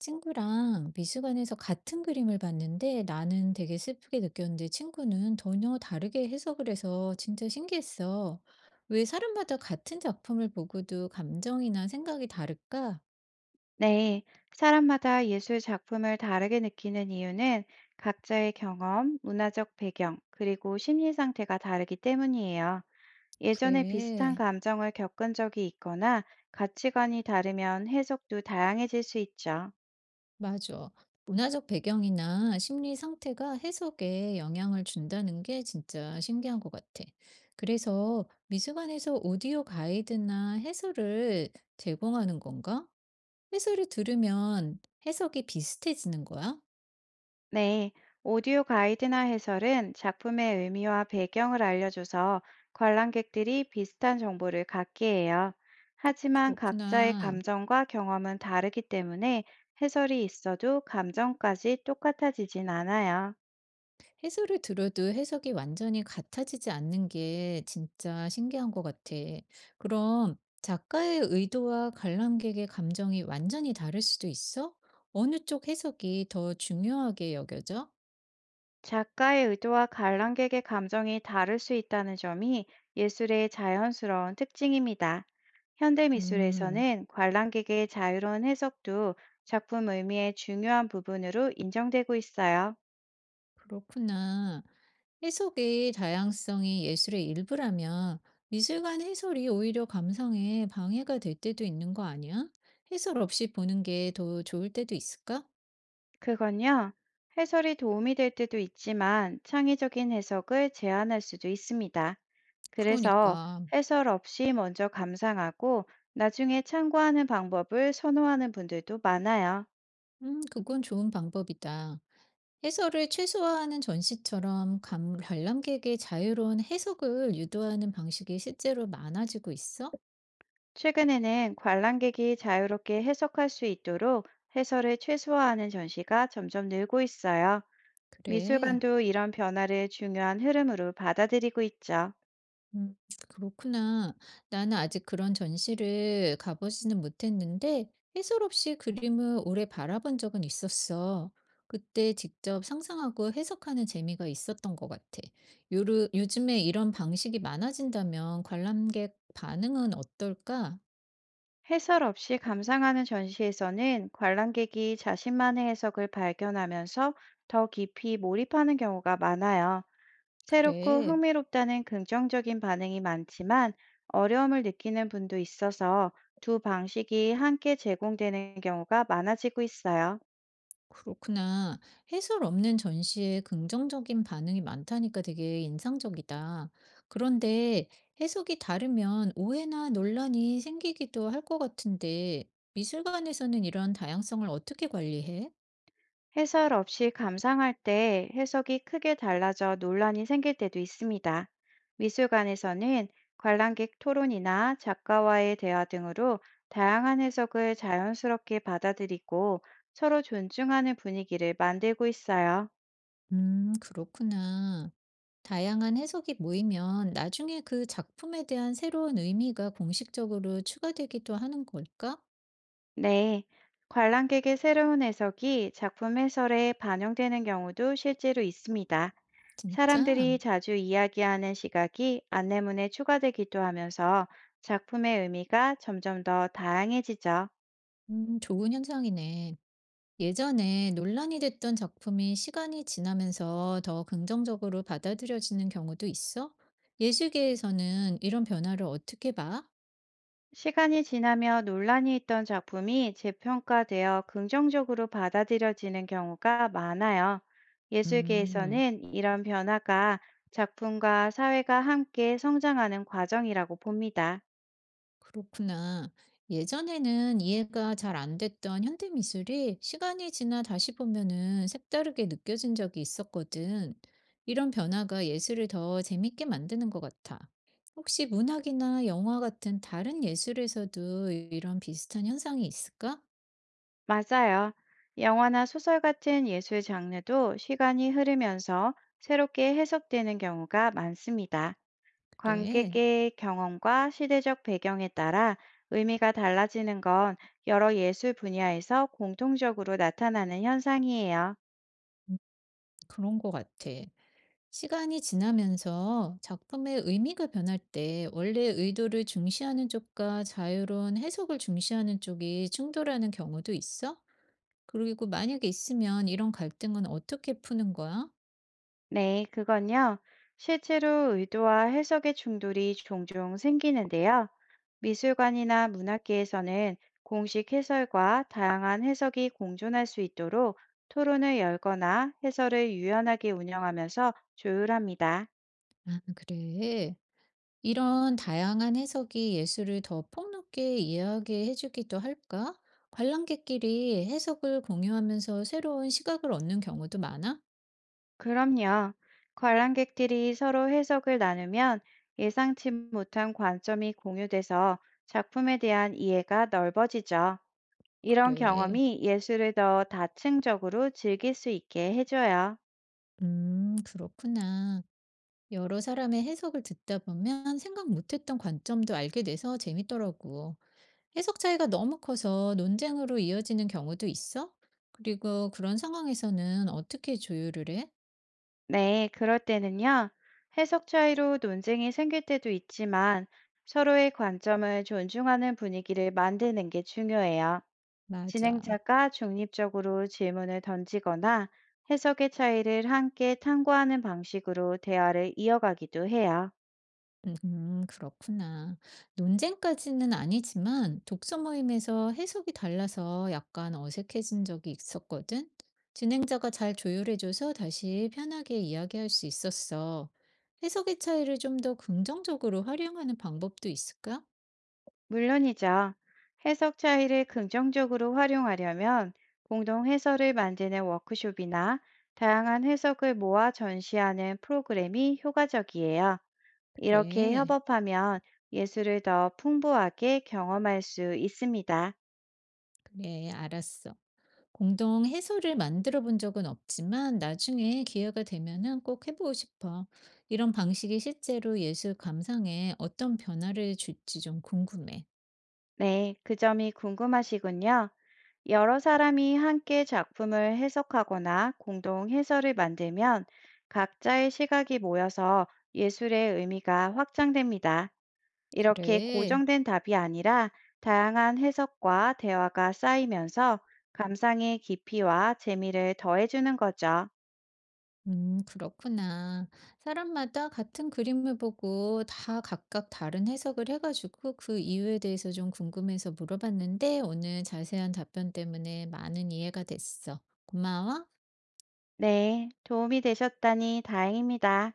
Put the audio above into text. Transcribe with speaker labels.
Speaker 1: 친구랑 미술관에서 같은 그림을 봤는데 나는 되게 슬프게 느꼈는데 친구는 전혀 다르게 해석을 해서 진짜 신기했어. 왜 사람마다 같은 작품을 보고도 감정이나 생각이 다를까?
Speaker 2: 네, 사람마다 예술 작품을 다르게 느끼는 이유는 각자의 경험, 문화적 배경, 그리고 심리 상태가 다르기 때문이에요. 예전에 비슷한
Speaker 1: 그래,
Speaker 2: 감정을 겪은 적이 있거나 가치관이 다르면 해석도 다양해질 수 있죠.
Speaker 1: 맞아. 문화적 배경이나 심리 상태가 해석에 영향을 준다는 게 진짜 신기한 것 같아. 그래서 미술관에서 오디오 가이드나 해설을 제공하는 건가? 해설을 들으면 해석이 비슷해지는 거야?
Speaker 2: 네, 오디오 가이드나 해설은 작품의 의미와 배경을 알려줘서 관람객들이 비슷한 정보를 갖게 해요. 하지만 각자의
Speaker 1: 그렇구나.
Speaker 2: 감정과 경험은 다르기 때문에 해설이 있어도 감정까지 똑같아지진 않아요.
Speaker 1: 해설을 들어도 해석이 완전히 같아지지 않는 게 진짜 신기한 것 같아. 그럼 작가의 의도와 관람객의 감정이 완전히 다를 수도 있어? 어느 쪽 해석이 더 중요하게 여겨져?
Speaker 2: 작가의 의도와 관람객의 감정이 다를 수 있다는 점이 예술의 자연스러운 특징입니다. 현대
Speaker 1: 음.
Speaker 2: 미술에서는 관람객의 자유로운 해석도 작품 의미의 중요한 부분으로 인정되고 있어요.
Speaker 1: 그렇구나. 해석의 다양성이 예술의 일부라면 미술관 해설이 오히려 감상에 방해가 될 때도 있는 거 아니야? 해설 없이 보는 게 더 좋을 때도 있을까?
Speaker 2: 그건요, 해설이 도움이 될 때도 있지만 창의적인 해석을 제안할 수도 있습니다. 그래서
Speaker 1: 그러니까,
Speaker 2: 해설 없이 먼저 감상하고 나중에 참고하는 방법을 선호하는 분들도 많아요.
Speaker 1: 그건 좋은 방법이다. 해설을 최소화하는 전시처럼 관람객의 자유로운 해석을 유도하는 방식이 실제로 많아지고 있어?
Speaker 2: 최근에는 관람객이 자유롭게 해석할 수 있도록 해설을 최소화하는 전시가 점점 늘고 있어요.
Speaker 1: 그래.
Speaker 2: 미술관도 이런 변화를 중요한 흐름으로 받아들이고 있죠.
Speaker 1: 음, 그렇구나. 나는 아직 그런 전시를 가보지는 못했는데, 해설 없이 그림을 오래 바라본 적은 있었어. 그때 직접 상상하고 해석하는 재미가 있었던 것 같아. 요즘에 이런 방식이 많아진다면 관람객 반응은 어떨까?
Speaker 2: 해설 없이 감상하는 전시에서는 관람객이 자신만의 해석을 발견하면서 더 깊이 몰입하는 경우가 많아요. 새롭고
Speaker 1: 그래.
Speaker 2: 흥미롭다는 긍정적인 반응이 많지만 어려움을 느끼는 분도 있어서 두 방식이 함께 제공되는 경우가 많아지고 있어요.
Speaker 1: 그렇구나. 해설 없는 전시에 긍정적인 반응이 많다니까 되게 인상적이다. 그런데 해석이 다르면 오해나 논란이 생기기도 할 것 같은데, 미술관에서는 이런 다양성을 어떻게 관리해?
Speaker 2: 해설 없이 감상할 때 해석이 크게 달라져 논란이 생길 때도 있습니다. 미술관에서는 관람객 토론이나 작가와의 대화 등으로 다양한 해석을 자연스럽게 받아들이고 서로 존중하는 분위기를 만들고 있어요.
Speaker 1: 그렇구나. 다양한 해석이 모이면 나중에 그 작품에 대한 새로운 의미가 공식적으로 추가되기도 하는 걸까?
Speaker 2: 네. 관람객의 새로운 해석이 작품 해설에 반영되는 경우도 실제로 있습니다.
Speaker 1: 진짜?
Speaker 2: 사람들이 자주 이야기하는 시각이 안내문에 추가되기도 하면서 작품의 의미가 점점 더 다양해지죠.
Speaker 1: 좋은 현상이네. 예전에 논란이 됐던 작품이 시간이 지나면서 더 긍정적으로 받아들여지는 경우도 있어? 예술계에서는 이런 변화를 어떻게 봐?
Speaker 2: 시간이 지나며 논란이 있던 작품이 재평가되어 긍정적으로 받아들여지는 경우가 많아요.
Speaker 1: 음,
Speaker 2: 예술계에서는 이런 변화가 작품과 사회가 함께 성장하는 과정이라고 봅니다.
Speaker 1: 그렇구나. 예전에는 이해가 잘 안 됐던 현대미술이 시간이 지나 다시 보면은 색다르게 느껴진 적이 있었거든. 이런 변화가 예술을 더 재밌게 만드는 것 같아. 혹시 문학이나 영화 같은 다른 예술에서도 이런 비슷한 현상이 있을까?
Speaker 2: 맞아요. 영화나 소설 같은 예술 장르도 시간이 흐르면서 새롭게 해석되는 경우가 많습니다.
Speaker 1: 그래.
Speaker 2: 관객의 경험과 시대적 배경에 따라 의미가 달라지는 건 여러 예술 분야에서 공통적으로 나타나는 현상이에요.
Speaker 1: 음, 그런 것 같아. 시간이 지나면서 작품의 의미가 변할 때 원래 의도를 중시하는 쪽과 자유로운 해석을 중시하는 쪽이 충돌하는 경우도 있어? 그리고 만약에 있으면 이런 갈등은 어떻게 푸는 거야?
Speaker 2: 네, 그건요. 실제로 의도와 해석의 충돌이 종종 생기는데요. 미술관이나 문학계에서는 공식 해설과 다양한 해석이 공존할 수 있도록 토론을 열거나 해설을 유연하게 운영하면서 조율합니다.
Speaker 1: 아, 그래. 이런 다양한 해석이 예술을 더 폭넓게 이해하게 해주기도 할까? 관람객끼리 해석을 공유하면서 새로운 시각을 얻는 경우도 많아?
Speaker 2: 그럼요. 관람객들이 서로 해석을 나누면 예상치 못한 관점이 공유돼서 작품에 대한 이해가 넓어지죠. 이런
Speaker 1: 그래.
Speaker 2: 경험이 예술을 더 다층적으로 즐길 수 있게 해줘요.
Speaker 1: 그렇구나. 여러 사람의 해석을 듣다 보면 생각 못했던 관점도 알게 돼서 재밌더라고. 해석 차이가 너무 커서 논쟁으로 이어지는 경우도 있어? 그리고 그런 상황에서는 어떻게 조율을 해?
Speaker 2: 네, 그럴 때는요. 해석 차이로 논쟁이 생길 때도 있지만 서로의 관점을 존중하는 분위기를 만드는 게 중요해요.
Speaker 1: 맞아.
Speaker 2: 진행자가 중립적으로 질문을 던지거나 해석의 차이를 함께 탐구하는 방식으로 대화를 이어가기도 해요.
Speaker 1: 그렇구나. 논쟁까지는 아니지만 독서 모임에서 해석이 달라서 약간 어색해진 적이 있었거든. 진행자가 잘 조율해줘서 다시 편하게 이야기할 수 있었어. 해석의 차이를 좀 더 긍정적으로 활용하는 방법도 있을까?
Speaker 2: 물론이죠. 해석 차이를 긍정적으로 활용하려면 공동 해설을 만드는 워크숍이나 다양한 해석을 모아 전시하는 프로그램이 효과적이에요. 이렇게
Speaker 1: 그래,
Speaker 2: 협업하면 예술을 더 풍부하게 경험할 수 있습니다.
Speaker 1: 그래, 알았어. 공동 해소를 만들어 본 적은 없지만 나중에 기회가 되면은 꼭 해보고 싶어. 이런 방식이 실제로 예술 감상에 어떤 변화를 줄지 좀 궁금해.
Speaker 2: 네, 그 점이 궁금하시군요. 여러 사람이 함께 작품을 해석하거나 공동 해설을 만들면 각자의 시각이 모여서 예술의 의미가 확장됩니다. 이렇게
Speaker 1: 그래.
Speaker 2: 고정된 답이 아니라 다양한 해석과 대화가 쌓이면서 감상의 깊이와 재미를 더해주는 거죠.
Speaker 1: 그렇구나. 사람마다 같은 그림을 보고 다 각각 다른 해석을 해가지고 그 이유에 대해서 좀 궁금해서 물어봤는데 오늘 자세한 답변 때문에 많은 이해가 됐어. 고마워.
Speaker 2: 네, 도움이 되셨다니 다행입니다.